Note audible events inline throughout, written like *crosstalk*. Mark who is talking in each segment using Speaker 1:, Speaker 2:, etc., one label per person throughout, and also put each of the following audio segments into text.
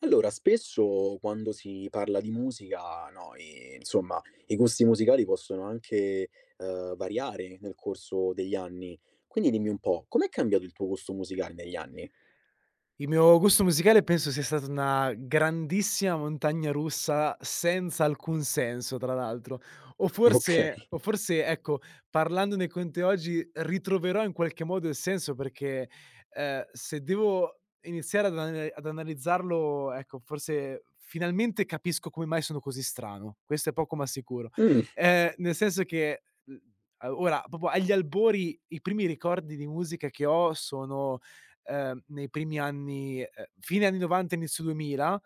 Speaker 1: Allora, spesso quando si parla di musica, no, insomma, i gusti musicali possono anche, variare nel corso degli anni. Quindi dimmi un po', com'è cambiato il tuo gusto musicale negli anni?
Speaker 2: Il mio gusto musicale penso sia stata una grandissima montagna russa senza alcun senso, tra l'altro. O
Speaker 1: *laughs*
Speaker 2: forse
Speaker 1: Okay.
Speaker 2: o forse, ecco, parlandone con te oggi ritroverò in qualche modo il senso perché, se devo iniziare ad analizzarlo, ecco, forse finalmente capisco come mai sono così strano. Questo è poco ma sicuro.
Speaker 1: Mh,
Speaker 2: Nel senso che, a ora proprio agli albori, i primi ricordi di musica che ho sono nei primi anni, fine anni '90, inizio 2000,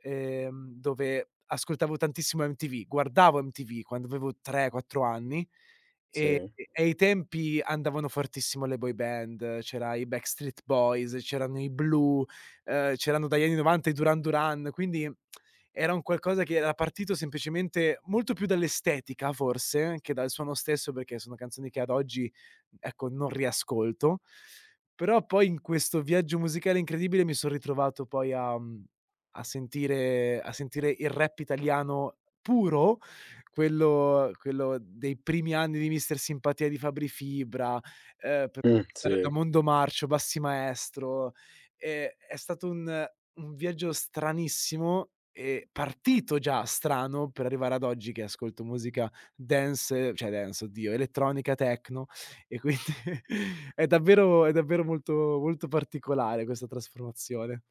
Speaker 2: dove ascoltavo tantissimo MTV, guardavo MTV quando avevo 3, 4 anni. E
Speaker 1: sì.
Speaker 2: ai tempi andavano fortissimo le boy band, c'era i Backstreet Boys, c'erano i Blue, c'erano dagli anni '90 i Duran Duran. Quindi era un qualcosa che era partito semplicemente molto più dall'estetica forse, che dal suono stesso, perché sono canzoni che ad oggi, ecco, non riascolto. Però poi in questo viaggio musicale incredibile mi son ritrovato poi a sentire il rap italiano puro, quello dei primi anni di Mister Simpatia di Fabri Fibra, per passare da
Speaker 1: Sì.
Speaker 2: Mondo Marcio, Bassi Maestro. È stato un viaggio stranissimo e partito già strano per arrivare ad oggi che ascolto musica dance, cioè dance, oddio, elettronica, techno. E quindi *laughs* è davvero molto molto particolare questa trasformazione.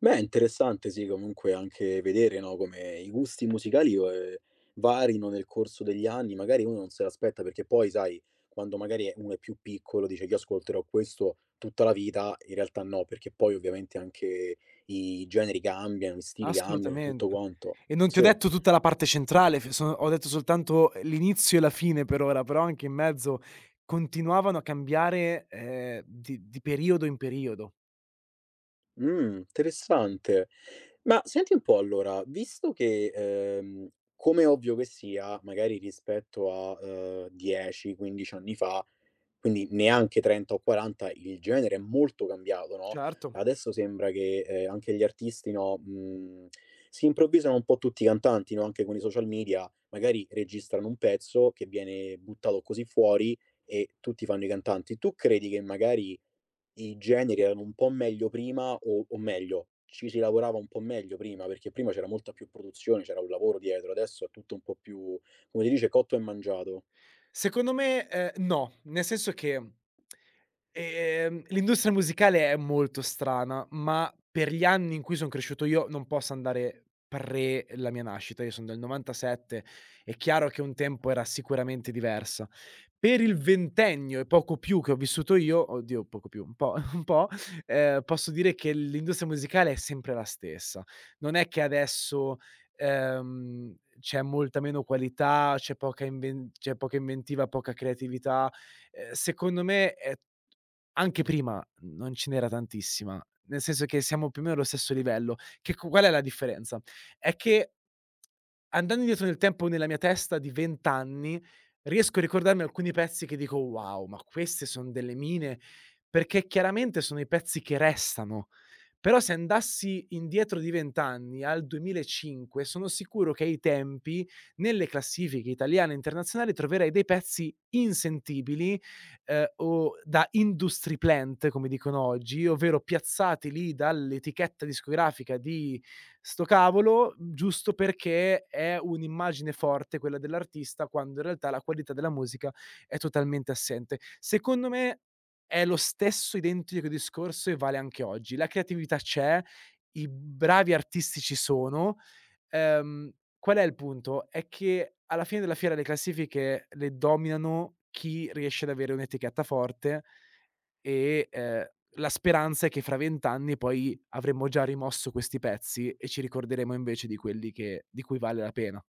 Speaker 1: Beh, è interessante sì, comunque anche vedere, no, come i gusti musicali, varino nel corso degli anni, magari uno non se l'aspetta perché poi sai, quando magari è uno è più piccolo dice: "Io ascolterò questo tutta la vita", in realtà no, perché poi ovviamente anche i generi cambiano, gli stili cambiano e tutto
Speaker 2: Assolutamente.
Speaker 1: quanto.
Speaker 2: E non ti ho
Speaker 1: Sì.
Speaker 2: detto tutta la parte centrale, f sono ho detto soltanto l'inizio e la fine per ora, però anche in mezzo continuavano a cambiare, di periodo in periodo.
Speaker 1: Interessante. Ma senti un po' allora, visto che, come è ovvio che sia, magari rispetto a, 10, 15 anni fa, quindi neanche 30 o 40, il genere è molto cambiato, no,
Speaker 2: Certo.
Speaker 1: adesso sembra che, anche gli artisti, no, si improvvisano un po' tutti i cantanti, no, anche con i social media, magari registrano un pezzo che viene buttato così fuori e tutti fanno i cantanti. Tu credi che magari i generi erano un po' meglio prima o meglio, ci si lavorava un po' meglio prima? Perché prima c'era molta più produzione, c'era un lavoro dietro, adesso è tutto un po' più, come si dice, cotto e mangiato.
Speaker 2: Secondo me, no, nel senso che, l'industria musicale è molto strana, ma per gli anni in cui son cresciuto io non posso andare pre la mia nascita, io son del '97, è chiaro che un tempo era sicuramente diversa. Per il ventennio e poco più che ho vissuto io, oddio poco più, un po' *laughs* un po', posso dire che l'industria musicale è sempre la stessa. Non è che adesso, c'è molta meno qualità, c'è poca inventiva, poca creatività. Secondo me, anche prima non ce n'era tantissima, nel senso che siamo più o meno allo stesso livello. Che co Qual è la differenza? È che andando indietro nel tempo nella mia testa di 20 anni, riesco a ricordarmi alcuni pezzi che dico: "Wow, ma queste son delle mine", perché chiaramente sono i pezzi che restano. Però se andassi indietro di 20 anni al 2005, sono sicuro che ai tempi nelle classifiche italiane e internazionali troverei dei pezzi insentibili, o da industry plant, come dicono oggi, ovvero piazzati lì dall'etichetta discografica di sto cavolo, giusto perché è un'immagine forte quella dell'artista, quando in realtà la qualità della musica è totalmente assente. Secondo me è lo stesso identico discorso e vale anche oggi. La creatività c'è, i bravi artisti ci sono. Ehm, Qual è il punto? È che alla fine della fiera le classifiche le dominano chi riesce ad avere un'etichetta forte e, la speranza è che fra 20 anni poi avremo già rimosso questi pezzi e ci ricorderemo invece di quelli che di cui vale la pena.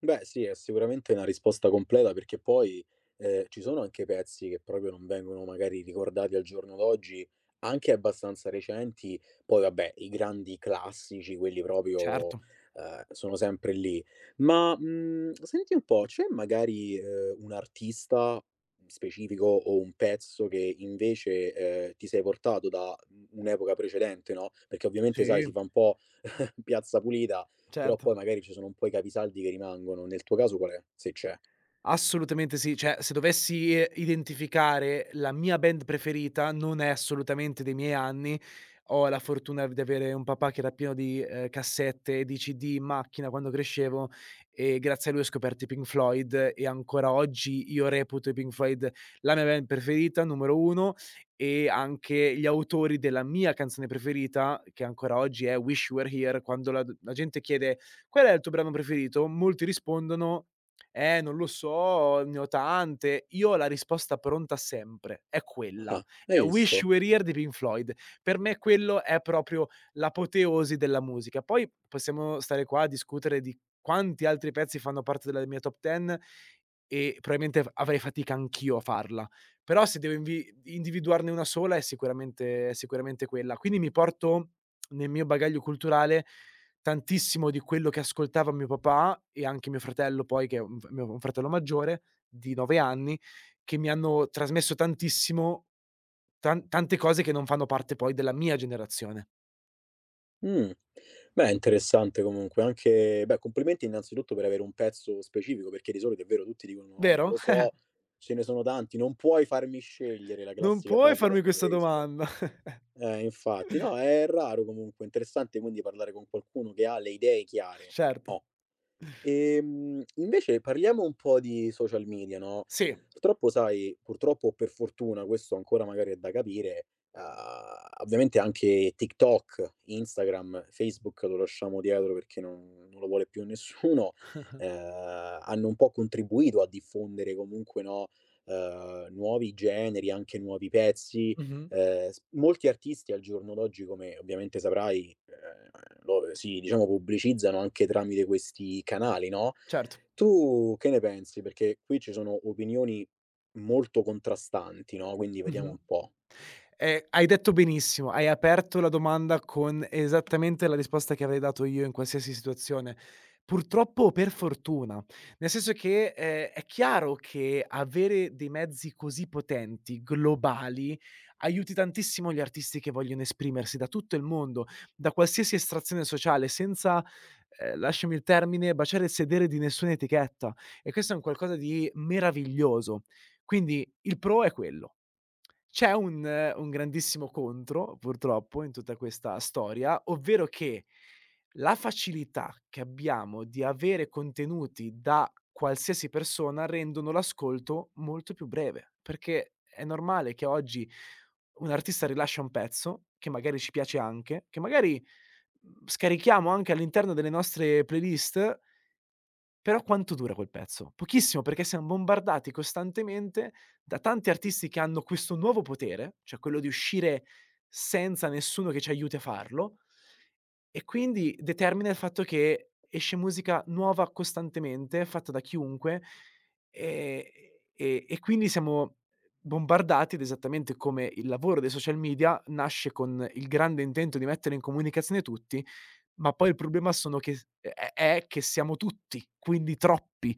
Speaker 1: Beh, sì, è sicuramente una risposta completa perché poi, ci sono anche pezzi che proprio non vengono magari ricordati al giorno d'oggi, anche abbastanza recenti. Poi vabbè, i grandi classici, quelli proprio,
Speaker 2: Certo.
Speaker 1: sono sempre lì. Ma, senti un po', c'è magari, un artista specifico o un pezzo che invece, ti sei portato da, un'epoca precedente, no, perché ovviamente sai
Speaker 2: Sì,
Speaker 1: si fa un po' *laughs* piazza pulita però
Speaker 2: certo.
Speaker 1: poi magari ci sono un po' i capisaldi che rimangono. Nel tuo caso qual è? Se c'è.
Speaker 2: Assolutamente sì. Cioè, se dovessi, identificare la mia band preferita, non è assolutamente dei miei anni. Ho la fortuna di avere un papà che era pieno di, cassette e di CD in macchina quando crescevo, e grazie a lui ho scoperto i Pink Floyd, e ancora oggi io reputo i Pink Floyd la mia band preferita, numero 1, e anche gli autori della mia canzone preferita, che ancora oggi è "Wish You Were Here". Quando la gente chiede: "Qual è il tuo brano preferito?", molti rispondono: "Eh, non lo so, ne ho tante". Io ho la risposta pronta sempre, è quella.
Speaker 1: Ah, hai
Speaker 2: È "Wish
Speaker 1: visto?
Speaker 2: You Were Here" dei Pink Floyd. Per me quello è proprio l'apoteosi della musica. Poi possiamo stare qua a discutere di quanti altri pezzi fanno parte della mia top 10, e probabilmente f avrei fatica anch'io a farla. Però se devo invi individuarne una sola è sicuramente quella. Quindi mi porto nel mio bagaglio culturale tantissimo di quello che ascoltava mio papà, e anche mio fratello poi, che è un f mio un fratello maggiore di 9 anni, che mi hanno trasmesso tantissimo, tante cose che non fanno parte poi della mia generazione.
Speaker 1: Mh. Beh, interessante comunque. Anche beh, complimenti innanzitutto per avere un pezzo specifico, perché di solito è vero, tutti dicono: "No, non
Speaker 2: Vero?
Speaker 1: lo
Speaker 2: *laughs*
Speaker 1: so, ce ne sono tanti, non puoi farmi scegliere", la
Speaker 2: Non
Speaker 1: classica
Speaker 2: puoi
Speaker 1: frase
Speaker 2: farmi
Speaker 1: quando
Speaker 2: questa
Speaker 1: magari si chiede
Speaker 2: domanda. *laughs*
Speaker 1: infatti. No, è raro comunque, interessante quindi parlare con qualcuno che ha le idee chiare.
Speaker 2: Certo.
Speaker 1: Oh. Invece parliamo un po' di social media, no,
Speaker 2: Sì.
Speaker 1: purtroppo sai purtroppo o per fortuna, questo ancora magari è da capire, ovviamente anche TikTok, Instagram, Facebook lo lasciamo dietro perché non lo vuole più nessuno, *laughs* hanno un po' contribuito a diffondere comunque, no, nuovi generi, anche nuovi pezzi.
Speaker 2: Mh-mh.
Speaker 1: S Molti artisti al giorno d'oggi, come ovviamente saprai, lo si diciamo pubblicizzano anche tramite questi canali, no,
Speaker 2: Certo.
Speaker 1: tu che ne pensi? Perché qui ci sono opinioni molto contrastanti, no, quindi vediamo
Speaker 2: Mh-mh.
Speaker 1: un po'.
Speaker 2: Hai detto benissimo, hai aperto la domanda con esattamente la risposta che avrei dato io in qualsiasi situazione. Purtroppo o per fortuna, nel senso che, è chiaro che avere dei mezzi così potenti, globali, aiuti tantissimo gli artisti che vogliono esprimersi da tutto il mondo, da qualsiasi estrazione sociale, senza, lasciami il termine, baciare il sedere di nessuna etichetta, e questo è un qualcosa di meraviglioso. Quindi il pro è quello. C'è un grandissimo contro, purtroppo, in tutta questa storia, ovvero che la facilità che abbiamo di avere contenuti da qualsiasi persona rendono l'ascolto molto più breve, perché è normale che oggi un artista rilascia un pezzo, che magari ci piace anche, che magari, scarichiamo anche all'interno delle nostre playlist. Però quanto dura quel pezzo? Pochissimo, perché siam bombardati costantemente da tanti artisti che hanno questo nuovo potere, cioè quello di uscire senza nessuno che ci aiuti a farlo, e quindi determina il fatto che esce musica nuova costantemente, fatta da chiunque. Ehm, e e quindi siamo bombardati, ed esattamente come il lavoro dei social media nasce con il grande intento di mettere in comunicazione tutti, ma poi il problema sono che s è che siamo tutti, quindi troppi.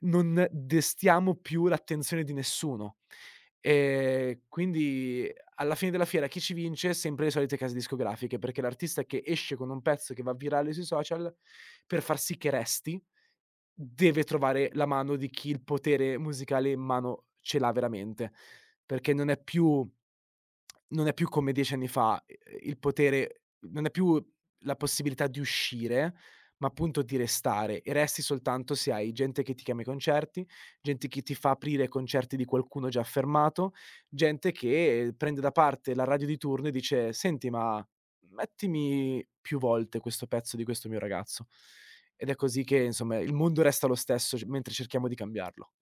Speaker 2: Non destiamo più l'attenzione di nessuno. Quindi alla fine della fiera chi ci vince? Sempre le solite case discografiche, perché l'artista che esce con un pezzo che va virale sui social, per far sì che resti, deve trovare la mano di chi il potere musicale in mano ce l'ha veramente. Perché non è più come 10 anni fa. Il potere non è più la possibilità di uscire, ma appunto di restare, e resti soltanto se hai gente che ti chiama ai concerti, gente che ti fa aprire concerti di qualcuno già affermato, gente che prende da parte la radio di turno e dice: "Senti, ma mettimi più volte questo pezzo di questo mio ragazzo". Ed è così che insomma il mondo resta lo stesso c mentre cerchiamo di cambiarlo.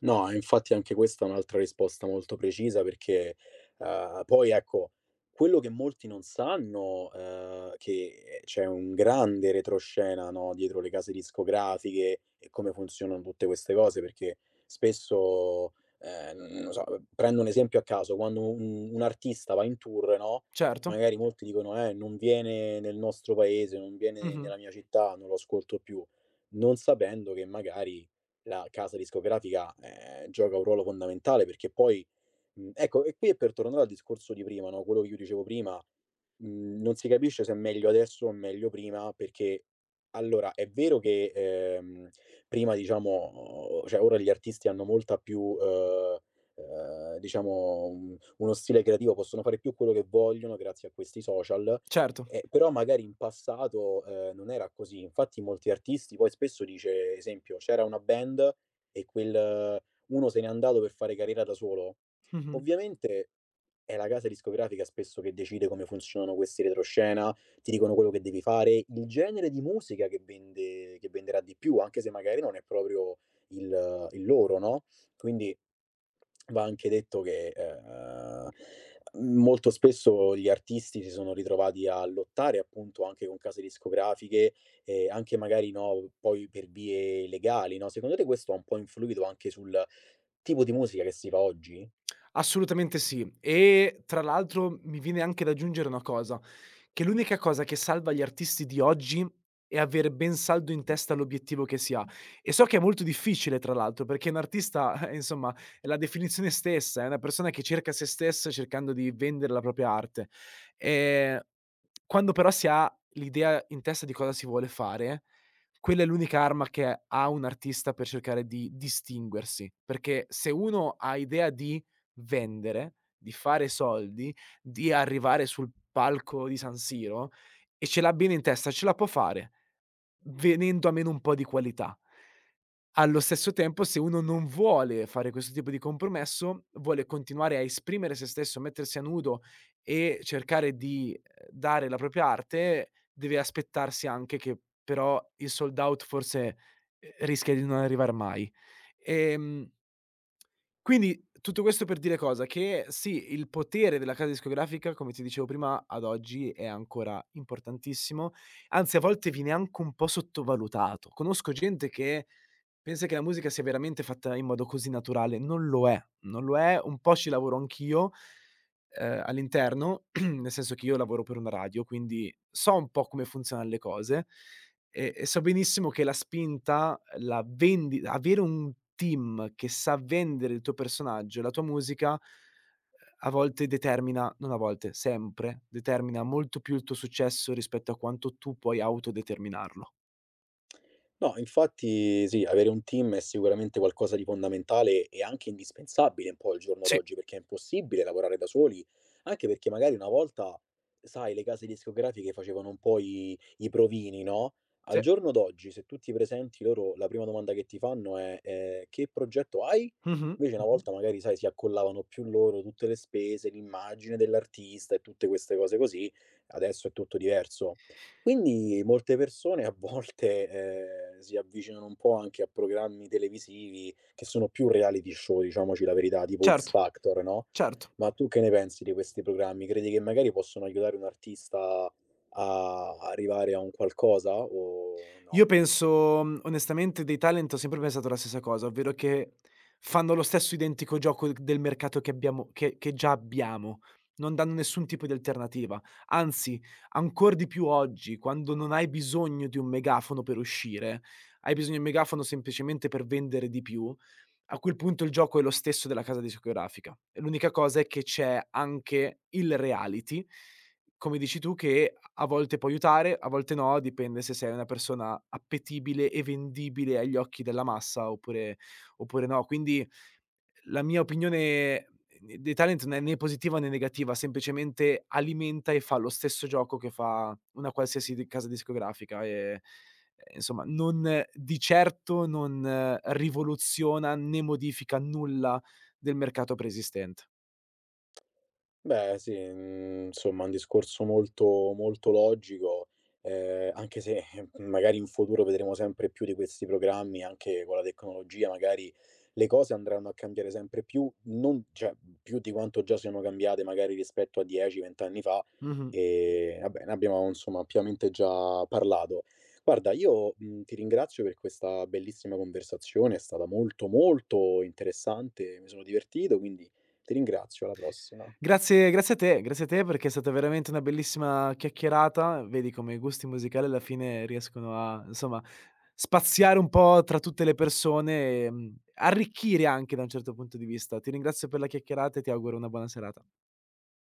Speaker 1: No, e infatti anche questa è un'altra risposta molto precisa perché, poi ecco, quello che molti non sanno, che c'è un grande retroscena, no, dietro le case discografiche e come funzionano tutte queste cose, perché spesso, non lo so, prendo un esempio a caso, quando un artista va in tour, no,
Speaker 2: Certo.
Speaker 1: magari molti dicono: non viene nel nostro paese, non viene
Speaker 2: Mh-mh.
Speaker 1: nella mia città, non lo ascolto più", non sapendo che magari la casa discografica gioca un ruolo fondamentale perché poi, ecco, e qui è per tornare al discorso di prima, no? Quello che io dicevo prima, non si capisce se è meglio adesso o meglio prima perché allora è vero che prima diciamo, cioè ora gli artisti hanno molta più... diciamo uno stile creativo possono fare più quello che vogliono grazie a questi social,
Speaker 2: Certo.
Speaker 1: però magari in passato, non era così. Infatti molti artisti poi spesso dice esempio, c'era una band e quel uno se n'è andato per fare carriera da solo.
Speaker 2: Mh-mh.
Speaker 1: Ovviamente è la casa discografica spesso che decide come funzionano questi retroscena, ti dicono quello che devi fare, il genere di musica che vende che venderà di più, anche se magari non è proprio il loro, no? Quindi va anche detto che, molto spesso gli artisti si sono ritrovati a lottare appunto anche con case discografiche, anche magari, no, poi per vie legali, no. Secondo te questo ha un po' influito anche sul tipo di musica che si fa oggi?
Speaker 2: Assolutamente sì. E tra l'altro mi viene anche da aggiungere una cosa, che l'unica cosa che salva gli artisti di oggi è avere ben saldo in testa l'obiettivo che si ha. E so che è molto difficile tra l'altro, perché un artista, *laughs* insomma, è la definizione stessa, è una persona che cerca se stessa cercando di vendere la propria arte. Ehm, Quando però si ha l'idea in testa di cosa si vuole fare, quella è l'unica arma che ha un artista per cercare di distinguersi, perché se uno ha idea di vendere, di fare soldi, di arrivare sul palco di San Siro e ce l'abbia in testa, ce la può fare, venendo a meno un po' di qualità. Allo stesso tempo, se uno non vuole fare questo tipo di compromesso, vuole continuare a esprimere se stesso, mettersi a nudo e cercare di, dare la propria arte, deve aspettarsi anche che però il sold out forse, rischia di non arrivar mai. Ehm quindi, tutto questo per dire cosa? Che sì, il potere della casa discografica, come ti dicevo prima, ad oggi è ancora importantissimo, anzi a volte viene anche un po' sottovalutato. Conosco gente che pensa che la musica sia veramente fatta in modo così naturale, non lo è, non lo è, un po' ci lavoro anch'io, all'interno, *clears throat* nel senso che io lavoro per una radio, quindi so un po' come funzionano le cose, e so benissimo che la spinta la vendi, avere un team che sa vendere il tuo personaggio e la tua musica, a volte determina, non a volte, sempre, determina molto più il tuo successo rispetto a quanto tu puoi autodeterminarlo.
Speaker 1: No, infatti sì, avere un team è sicuramente qualcosa di fondamentale e anche indispensabile un po' al giorno
Speaker 2: Sì,
Speaker 1: d'oggi, perché è impossibile lavorare da soli, anche perché magari una volta, sai, le case discografiche facevano un po' i provini, no? Al
Speaker 2: sì.
Speaker 1: giorno d'oggi, se tu ti presenti loro, la prima domanda che ti fanno è che progetto hai?
Speaker 2: Mh-mh,
Speaker 1: Invece una
Speaker 2: mh-mh.
Speaker 1: volta magari, sai, si accollavano più loro tutte le spese, l'immagine dell'artista e tutte queste cose così, adesso è tutto diverso. Quindi molte persone a volte, si avvicinano un po' anche a programmi televisivi che sono più reality show, diciamoci la verità, tipo X
Speaker 2: Certo,
Speaker 1: Factor, no,
Speaker 2: certo.
Speaker 1: ma tu che ne pensi di questi programmi? Credi che magari possono aiutare un artista a arrivare a un qualcosa o
Speaker 2: Io
Speaker 1: no?
Speaker 2: penso, onestamente, dei talent ho sempre pensato la stessa cosa, ovvero che fanno lo stesso identico gioco d del mercato che già abbiamo, non danno nessun tipo di alternativa. Anzi, ancor di più oggi, quando non hai bisogno di un megafono per uscire, hai bisogno di un megafono semplicemente per vendere di più, a quel punto il gioco è lo stesso della casa discografica. E l'unica cosa è che c'è anche il reality, come dici tu, che a volte può aiutare, a volte no, dipende se sei una persona appetibile e vendibile agli occhi della massa, oppure no. Quindi la mia opinione dei talent non è né positiva né negativa, semplicemente alimenta e fa lo stesso gioco che fa una qualsiasi di casa discografica e, insomma non di certo, non rivoluziona né modifica nulla del mercato preesistente.
Speaker 1: Beh sì, insomma un discorso molto molto logico, anche se magari in futuro vedremo sempre più di questi programmi, anche con la tecnologia magari le cose andranno a cambiare sempre più, non cioè più di quanto già siano cambiate magari rispetto a 10, 20 anni fa,
Speaker 2: Mh-mh.
Speaker 1: vabbè ne abbiamo insomma ampiamente già parlato. Guarda io, ti ringrazio per questa bellissima conversazione, è stata molto, molto interessante, mi sono divertito, quindi ti ringrazio, alla prossima.
Speaker 2: Grazie, grazie a te, grazie a te, perché è stata veramente una bellissima chiacchierata. Vedi come i gusti musicali alla fine riescono a, insomma, spaziare un po' tra tutte le persone e, arricchire anche da un certo punto di vista. Ti ringrazio per la chiacchierata e ti auguro una buona serata.